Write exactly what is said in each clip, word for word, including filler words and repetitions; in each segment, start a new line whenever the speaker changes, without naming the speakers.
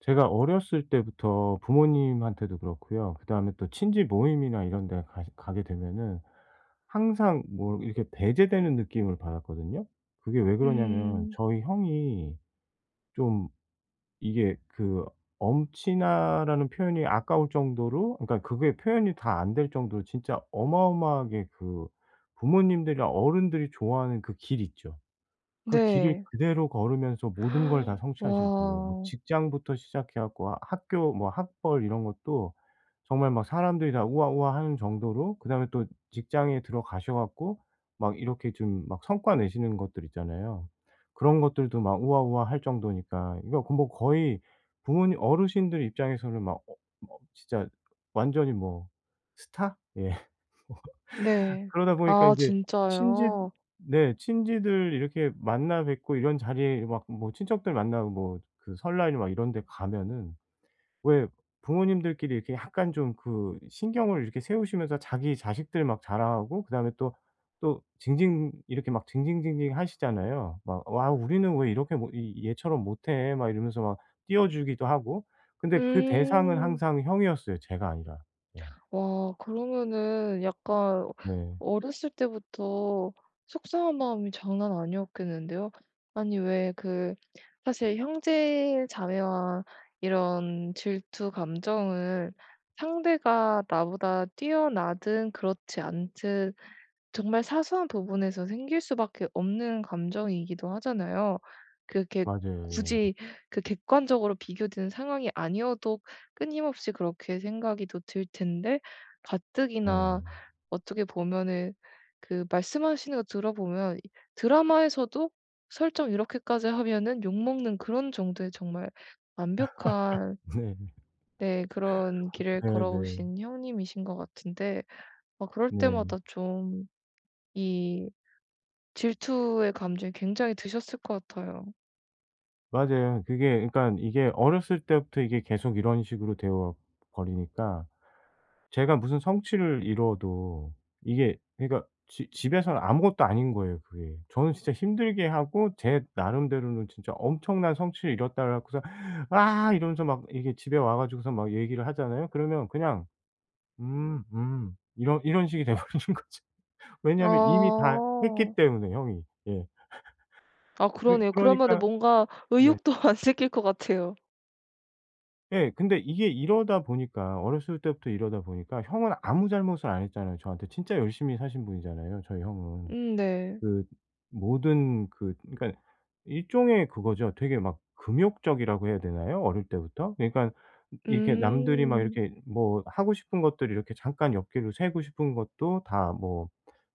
제가 어렸을 때부터 부모님한테도 그렇고요. 그다음에 또 친지 모임이나 이런 데 가 가게 되면은 항상 뭐 이렇게 배제되는 느낌을 받았거든요. 그게 왜 그러냐면
음.
저희 형이 좀 이게 그 엄친아라는 표현이 아까울 정도로 그러니까 그게 표현이 다 안 될 정도로 진짜 어마어마하게 그 부모님들이랑 어른들이 좋아하는 그 길 있죠. 그 길을
네.
그대로 걸으면서 모든 걸 다 성취하신 분이에요. 뭐
와.
직장부터 시작해 갖고 하 학교 뭐 학벌 이런 것도 정말 막 사람들이 다 우아우아 하는 정도로, 그다음에 또 직장에 들어가셔 갖고 막 이렇게 좀 막 성과 내시는 것들 있잖아요. 그런 것들도 막 우아우아 할 정도니까 이거 그 뭐 거의 부모님 어르신들 입장에서는 막 어 뭐 진짜 완전히 뭐 스타? 예.
네.
그러다 보니까
아
인제 친지
진짜요?
네, 친지들 이렇게 만나 뵙고 이런 자리에 막 뭐 친척들 만나고 뭐 그 설날 막 이런 데 가면은 왜 부모님들끼리 이렇게 약간 좀 그 신경을 이렇게 세우시면서 자기 자식들 막 자랑하고 그다음에 또, 또 징징 이렇게 막 징징징징 하시잖아요. 막 "와 우리는 왜 이렇게 못 이 얘처럼 못해." 막 이러면서 막 띄워 주기도 하고. 근데 그 대상은
음.
항상 형이었어요, 제가 아니라. 예.
와 그러면은 약간
네.
어렸을 때부터 속상한 마음이 장난 아니었겠는데요? 아니 왜 그 사실 형제 자매와 이런 질투 감정은 상대가 나보다 뛰어나든 그렇지 않든 정말 사소한 부분에서 생길 수밖에 없는 감정이기도 하잖아요. 그렇게
맞아요. 예.
굳이 그 객관적으로 비교되는 상황이 아니어도 끊임없이 그렇게 생각이 또 들 텐데, 가뜩이나
예.
어떻게 보면은 그 말씀하시는 거 들어보면 이 드라마에서도 설정 이렇게까지 하면은 욕먹는 그런 정도의 정말 완벽한,
네.
네, 그런 길을
네네.
걸어오신 형님이신 것 같은데, 아 그럴
네.
때마다 좀이 질투의 감정이 굉장히 드셨을 것 같아요.
맞아요. 그게 그러니까 이게 어렸을 때부터 이게 계속 이런 식으로 되어 버리니까 제가 무슨 성취를 이뤄도 이게 그러니까 지 집에서는 아무것도 아닌 거예요, 그게. 저는 진짜 힘들게 하고 제 나름대로는 진짜 엄청난 성취를 이뤘다고 해고서 "아." 이러면서 막 이게 집에 와 가지고서 막 얘기를 하잖아요. 그러면 그냥 "음. 음." 이런 이런 식이 돼 버리는 거죠.
아.
왜냐하면 이미 다 했기 때문에 형이. 예.
아
그러
그러네요. 그러면은
그러니까
뭔가
네.
의욕도 안 생길 것 같아요.
예. 근데 이게 이러다 보니까 어렸을 때부터 이러다 보니까 형은 아무 잘못을 안 했잖아요 저한테. 진짜 열심히 사신 분이잖아요 저희 형은.
음 네.
그 모든 그 그러니까 일종의 그거죠. 되게 막 금욕적이라고 해야 되나요? 어릴 때부터? 그러니까 이렇게 남들이 막
음.
이렇게 뭐 하고 싶은 것들 이렇게 잠깐 옆길로 새고 싶은 것도 다 뭐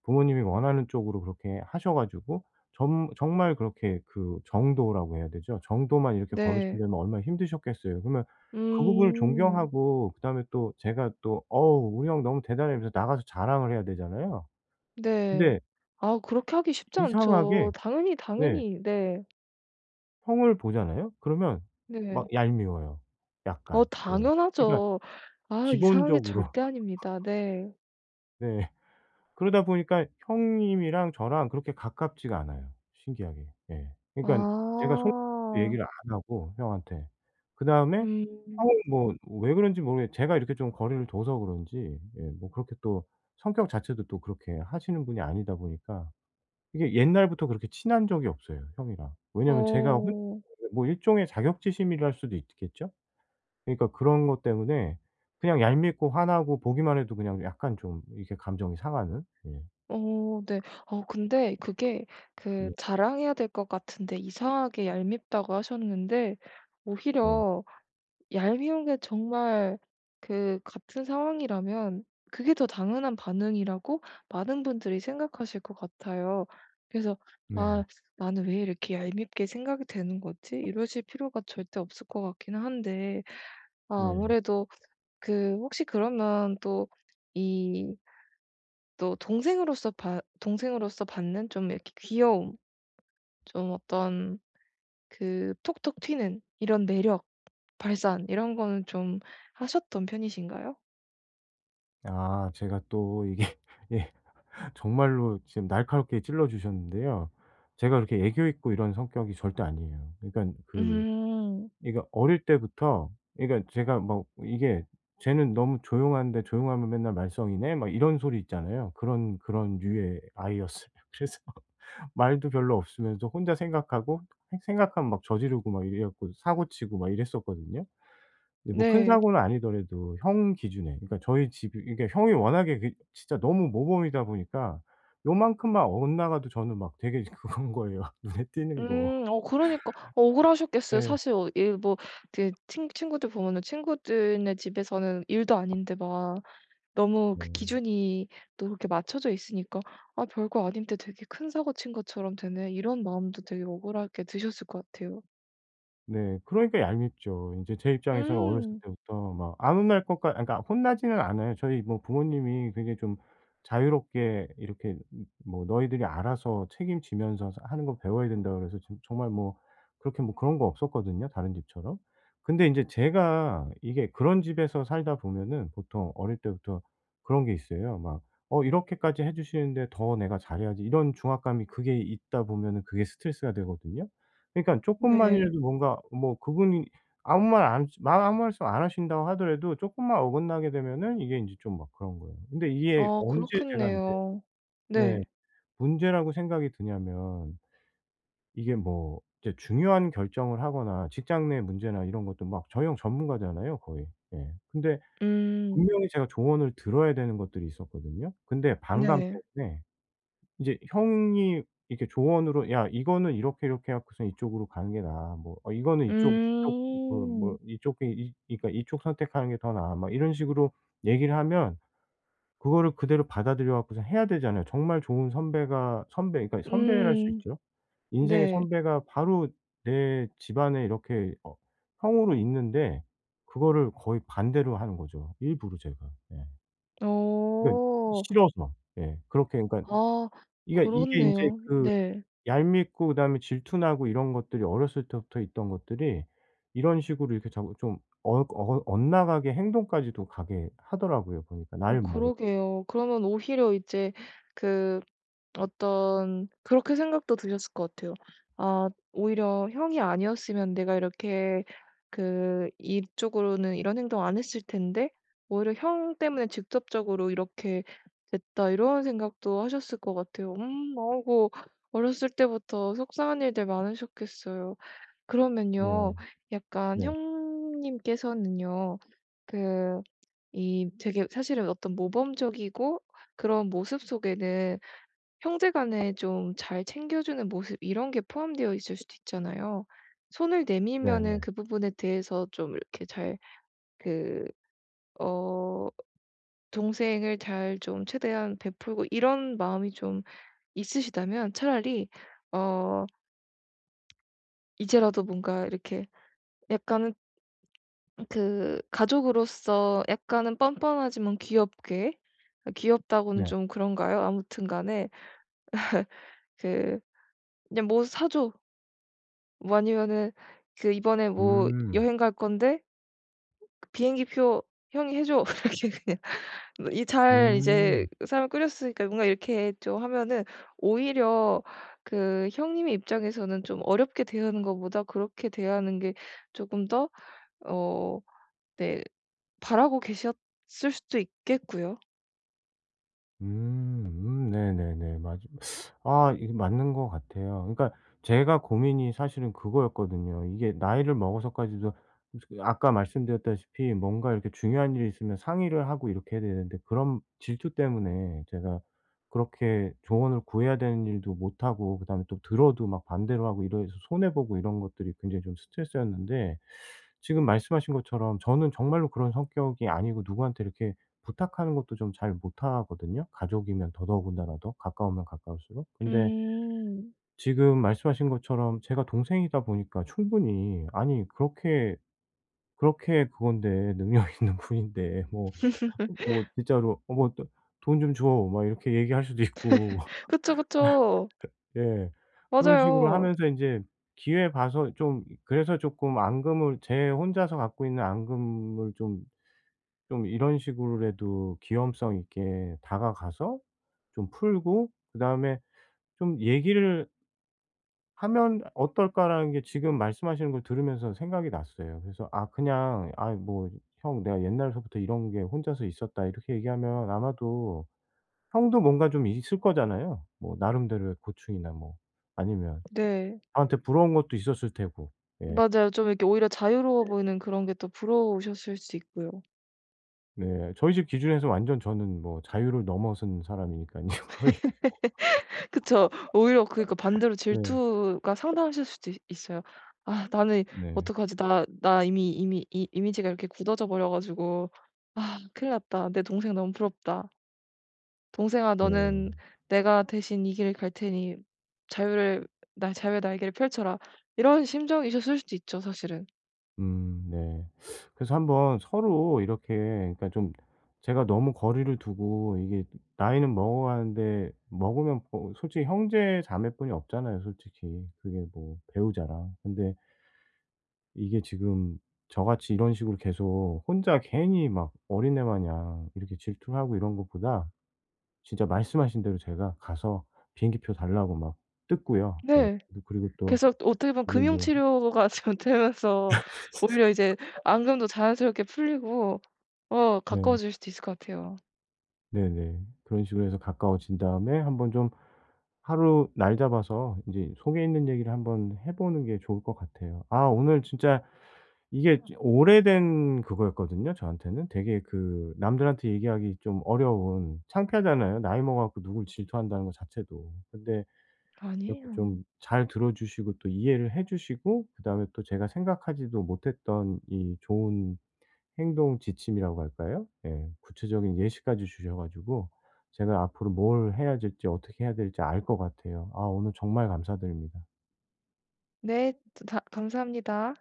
부모님이 원하는 쪽으로 그렇게 하셔 가지고 점 정말 그렇게 그 정도라고 해야 되죠. 정도만 이렇게
네.
걸으시려면 얼마나 힘드셨겠어요. 그러면 그 부분을
음.
존경하고 그다음에 또 제가 또 "어우 우리 형 너무 대단해." 이러면서 나가서 자랑을 해야 되잖아요.
네.
근데
아 그렇게 하기 쉽지
이상하게,
않죠. 당연히,
네,
당연히. 네.
형을 보잖아요? 그러면 막
네.
얄미워요
어
약간. 예. 그러니까
당연하죠. 아 이상한 게
기본적으로.
절대 아닙니다. 네.
네. 그러다 보니까 형님이랑 저랑 그렇게 가깝지가 않아요, 신기하게. 예. 그러니깐 제가 속으로
아.
얘기를 안 하고 형한테. 그다음에
음.
형은 뭐 왜 그런지 모르겠 제가 이렇게 좀 거리를 둬서 그런지 예 뭐 그렇게 또 성격 자체도 또 그렇게 하시는 분이 아니다 보니까 이게 옛날부터 그렇게 친한 적이 없어요 형이랑. 왜냐면 제가 혼
어.
뭐 일종의 자격지심이랄 수도 있겠죠? 그러니까 그런 것 때문에 그냥 얄밉고 화나고 보기만 해도 그냥 약간 좀 이렇게 감정이 상하는. 예.
어 네. 어 근데 그게, 그
네.
자랑해야 될 것 같은데 이상하게 얄밉다고 하셨는데
네.
오히려 얄미운 게 정말 그 같은 상황이라면 그게 더 당연한 반응이라고 많은 분들이 생각하실 것 같아요. 그래서
네.
'아 나는 왜 이렇게 얄밉게 생각이 되는 거지?' 이러실 필요가 절대 없을 것 같기는 한데, 아
네.
아무래도 그 혹시 그러면 또이 또 동생으로서 봐 동생으로서 받는 좀 이렇게 귀여움, 좀 어떤 그 톡톡 튀는 이런 매력, 발산 이런 거는 좀 하셨던 편이신가요?
아 제가 또 이게 예 정말로 지금 날카롭게 찔러 주셨는데요. 제가 그렇게 애교 있고 이런 성격이 절대 아니에요. 그러니깐 그
음.
그러니까 어릴 때부터, 그러니까 제가 막 이게 "쟤는 너무 조용한데 조용하면 맨날 말썽이네." 막 이런 소리 있잖아요. 그런 그런 류의 아이였어요. 그래서 말도 별로 없으면서 혼자 생각하고 생 생각하면 막 저지르고 막 이래 갖고 사고 치고 막 이랬었거든요. 근데 뭐 큰
네.
사고는 아니더라도 형 기준에, 그러니까 저희 집이 게 형이 워낙에 그 진짜 너무 모범이다 보니까 요만큼만 엇나가도 저는 막 되게 그건 거예요, 눈에 띄는 거.
음. 어 그러니까 어, 억울하셨겠어요.
네.
사실 어 일 뭐 그 친 친구들 보면은 친구들네 집에서는 일도 아닌데 막 너무 그
네.
기준이 또 그렇게 맞춰져 있으니까 '아 별거 아닌데 되게 큰 사고 친 것처럼 되네.' 이런 마음도 되게 억울하게 드셨을 것 같아요.
네. 그러니까 얄밉죠. 인제 제 입장에서는 어렸을
음.
때부터 막 안 혼날 것까, 그러니까 혼나지는 않아요. 저희 뭐 부모님이 굉장히 좀 자유롭게 이렇게 음 뭐 "너희들이 알아서 책임지면서 사 하는 거 배워야 된다." 그래서 좀 정말 뭐 그렇게 뭐 그런 거 없었거든요, 다른 집처럼. 근데 인제 제가 이게 그런 집에서 살다 보면은 보통 어릴 때부터 그런 게 있어요. 막 '어 이렇게까지 해 주시는데 더 내가 잘해야지.' 이런 중압감이 그게 있다 보면은 그게 스트레스가 되거든요. 그러니까
네.
쪼끔만이라도 뭔가 뭐 그분이 아무 말 안 마 아무 말씀 안 하신다고 하더라도 쪼끔만 어긋나게 되면은 이게 인제 좀 막 그런 거예요. 근데 이게
아
언제 제가 인제
그렇겠네요.
네
네.
문제라고 생각이 드냐면, 이게 뭐 이제 중요한 결정을 하거나 직장 내 문제나 이런 것도 막 저희 형 전문가잖아요 거의. 예. 근데
음.
분명히 제가 조언을 들어야 되는 것들이 있었거든요. 근데 반감
네.
때문에 이제 형이 이렇게 조언으로 "야 이거는 이렇게 이렇게 해 갖고서 이쪽으로 가는 게 나아." 뭐 "어 이거는 이쪽 이쪽 그 뭐
음.
이쪽이 이 그러니까 이쪽 선택하는 게 더 나아." 막 이런 식으로 얘기를 하면 그거를 그대로 받아들여 갖고서 해야 되잖아요. 정말 좋은 선배가 선배 그러니까 선배랄 수
음.
있죠. 인생의
네.
선배가 바로 내 집안에 이렇게 어 형으로 있는데 그거를 거의 반대로 하는 거죠, 일부러 제가. 예. 그러니까
어.
싫어서. 예. 그렇게 그러니까
아
이게 이게 인제
그렇네요.
그
네.
얄밉고 그다음에 질투나고 이런 것들이 어렸을 때부터 있던 것들이 이런 식으로 이렇게 자꾸 좀 어 어 엇나가게 행동까지도 가게 하더라고요, 보니까
어
나이를 먹어.
그러게요. 그러면 오히려 이제 그 어떤 그렇게 생각도 드셨을 것 같아요. '아 오히려 형이 아니었으면 내가 이렇게' 그 이쪽으로는 이런 행동 안 했을 텐데, 오히려 형 때문에 직접적으로 이렇게 됐다 이런 생각도 하셨을 것 같아요. 음 아이고, 어렸을 때부터 속상한 일들 많으셨겠어요. 그러면요.
네.
약간
네.
형님께서는요, 그 이 되게 사실은 어떤 모범적이고 그런 모습 속에는 형제 간에 좀 잘 챙겨주는 모습 이런 게 포함되어 있을 수도 있잖아요. 손을 내밀면은
네네.
그 부분에 대해서 좀 이렇게 잘, 그 어 동생을 잘 좀 최대한 베풀고 이런 마음이 좀 있으시다면 차라리 어 이제라도 뭔가 이렇게 약간은 그 가족으로서 약간은 뻔뻔하지만 귀엽게, 아
네.
귀엽다고는
네.
좀 그런가요? 아무튼 간에 그 "그냥 뭐 사줘." 뭐 아니면은 그 "이번에 뭐
음.
여행 갈 건데 그 비행기 표 형이 해 줘." 이렇게 그냥 뭐 이 잘 이제
음.
사람을 꾸렸으니까 뭔가 이렇게 좀 하면은 오히려 그 형님의 입장에서는 좀 어렵게 대하는 것보다 그렇게 대하는 게 조금 더 어 네 바라고 계셨을 수도 있겠고요.
음. 음. 네네네. 맞아요. 아 이게 맞는 것 같아요. 그러니까 제가 고민이 사실은 그거였거든요. 이게 나이를 먹어서까지도 그 아까 말씀드렸다시피 뭔가 이렇게 중요한 일이 있으면 상의를 하고 이렇게 해야 되는데 그런 질투 때문에 제가 그렇게 조언을 구해야 되는 일도 못 하고 그다음에 또 들어도 막 반대로 하고 이래서 손해 보고 이런 것들이 굉장히 좀 스트레스였는데 지금 말씀하신 것처럼 저는 정말로 그런 성격이 아니고 누구한테 이렇게 부탁하는 것도 좀 잘 못하거든요, 가족이면 더더군다나도 가까우면 가까울수록. 근데
음.
지금 말씀하신 것처럼 제가 동생이다 보니까 충분히 아니 그렇게 그렇게 그건데 능력 있는 분인데 뭐 뭐 진짜로 "어 뭐 돈 좀 줘." 막 이렇게 얘기할 수도 있고.
그쵸, 그쵸.
예. 그런 식으로
맞아요.
하면서 이제 기회 봐서 좀, 그래서 조금 앙금을 제 혼자서 갖고 있는 앙금을 좀 좀 이런 식으로라도 귀염성 있게 다가가서 좀 풀고 그다음에 좀 '얘기를 하면 어떨까.'라는 게 지금 말씀하시는 걸 들으면서 생각이 났어요. 그래서 아 그냥 아 뭐 형 내가 옛날서부터 이런 게 혼자서 있었다." 이렇게 얘기하면 아마도 형도 뭔가 좀 있을 거잖아요. 뭐 나름대로의 고충이나 뭐 아니면
네.
저한테 부러운 것도 있었을 테고. 예.
맞아요. 좀 이렇게 오히려 자유로워
네.
보이는 그런 게 또 부러우셨을 수 있고요.
네. 저희 집 기준에서 완전 저는 뭐 자유를 넘어선 사람이니깐요 거의.
그쵸. 오히려 그니까 반대로
네.
질투가 상당하실 수도 있 있어요. '아 나는
네.
어떡하지? 나 나 이미 이미 이 이미지가 이렇게 굳어져 버려 가지고 아 큰일 났다. 내 동생 너무 부럽다. 동생아
네.
너는 내가 대신 이 길을 갈 테니 자유를, 나 자유의 날개를 펼쳐라.' 이런 심정이셨을 수도 있죠 사실은.
음 네. 그래서 한번 서로 이렇게, 그러니까 좀 제가 너무 거리를 두고 이게 나이는 먹어가는데 먹으면 뭐 솔직히 형제 자매뿐이 없잖아요 솔직히. 그게 뭐 배우자랑. 근데 이게 지금 저같이 이런 식으로 계속 혼자 괜히 막 어린애 마냥 이렇게 질투를 하고 이런 것보다 진짜 말씀하신 대로 제가 가서 비행기표 달라고 막 뜯고요. 예.
네.
그리고 또
그래서 어떻게 보면
이제
금융
뭐
치료가 좀 되면서 오히려 이제 앙금도 자연스럽게 풀리고 어
네.
가까워질 수도 있을 것 같아요.
네네. 그런 식으로 해서 가까워진 다음에 한번 좀 하루 날 잡아서 인제 속에 있는 얘기를 한번 해 보는 게 좋을 것 같아요. 아 오늘 진짜 이게 지 오래된 그거였거든요 저한테는. 되게 그 남들한테 얘기하기 좀 어려운, 창피하잖아요 나이 먹어 갖고 누굴 질투한다는 거 자체도. 근데 이렇게
아니에요.
좀 잘 들어 주시고 또 이해를 해 주시고 그다음에 또 제가 생각하지도 못했던 이 좋은 행동 지침이라고 할까요? 예. 구체적인 예시까지 주셔 가지고 제가 앞으로 뭘 해야 될지 어떻게 해야 될지 알 것 같아요. 아 오늘 정말 감사드립니다.
네. 다 감사합니다.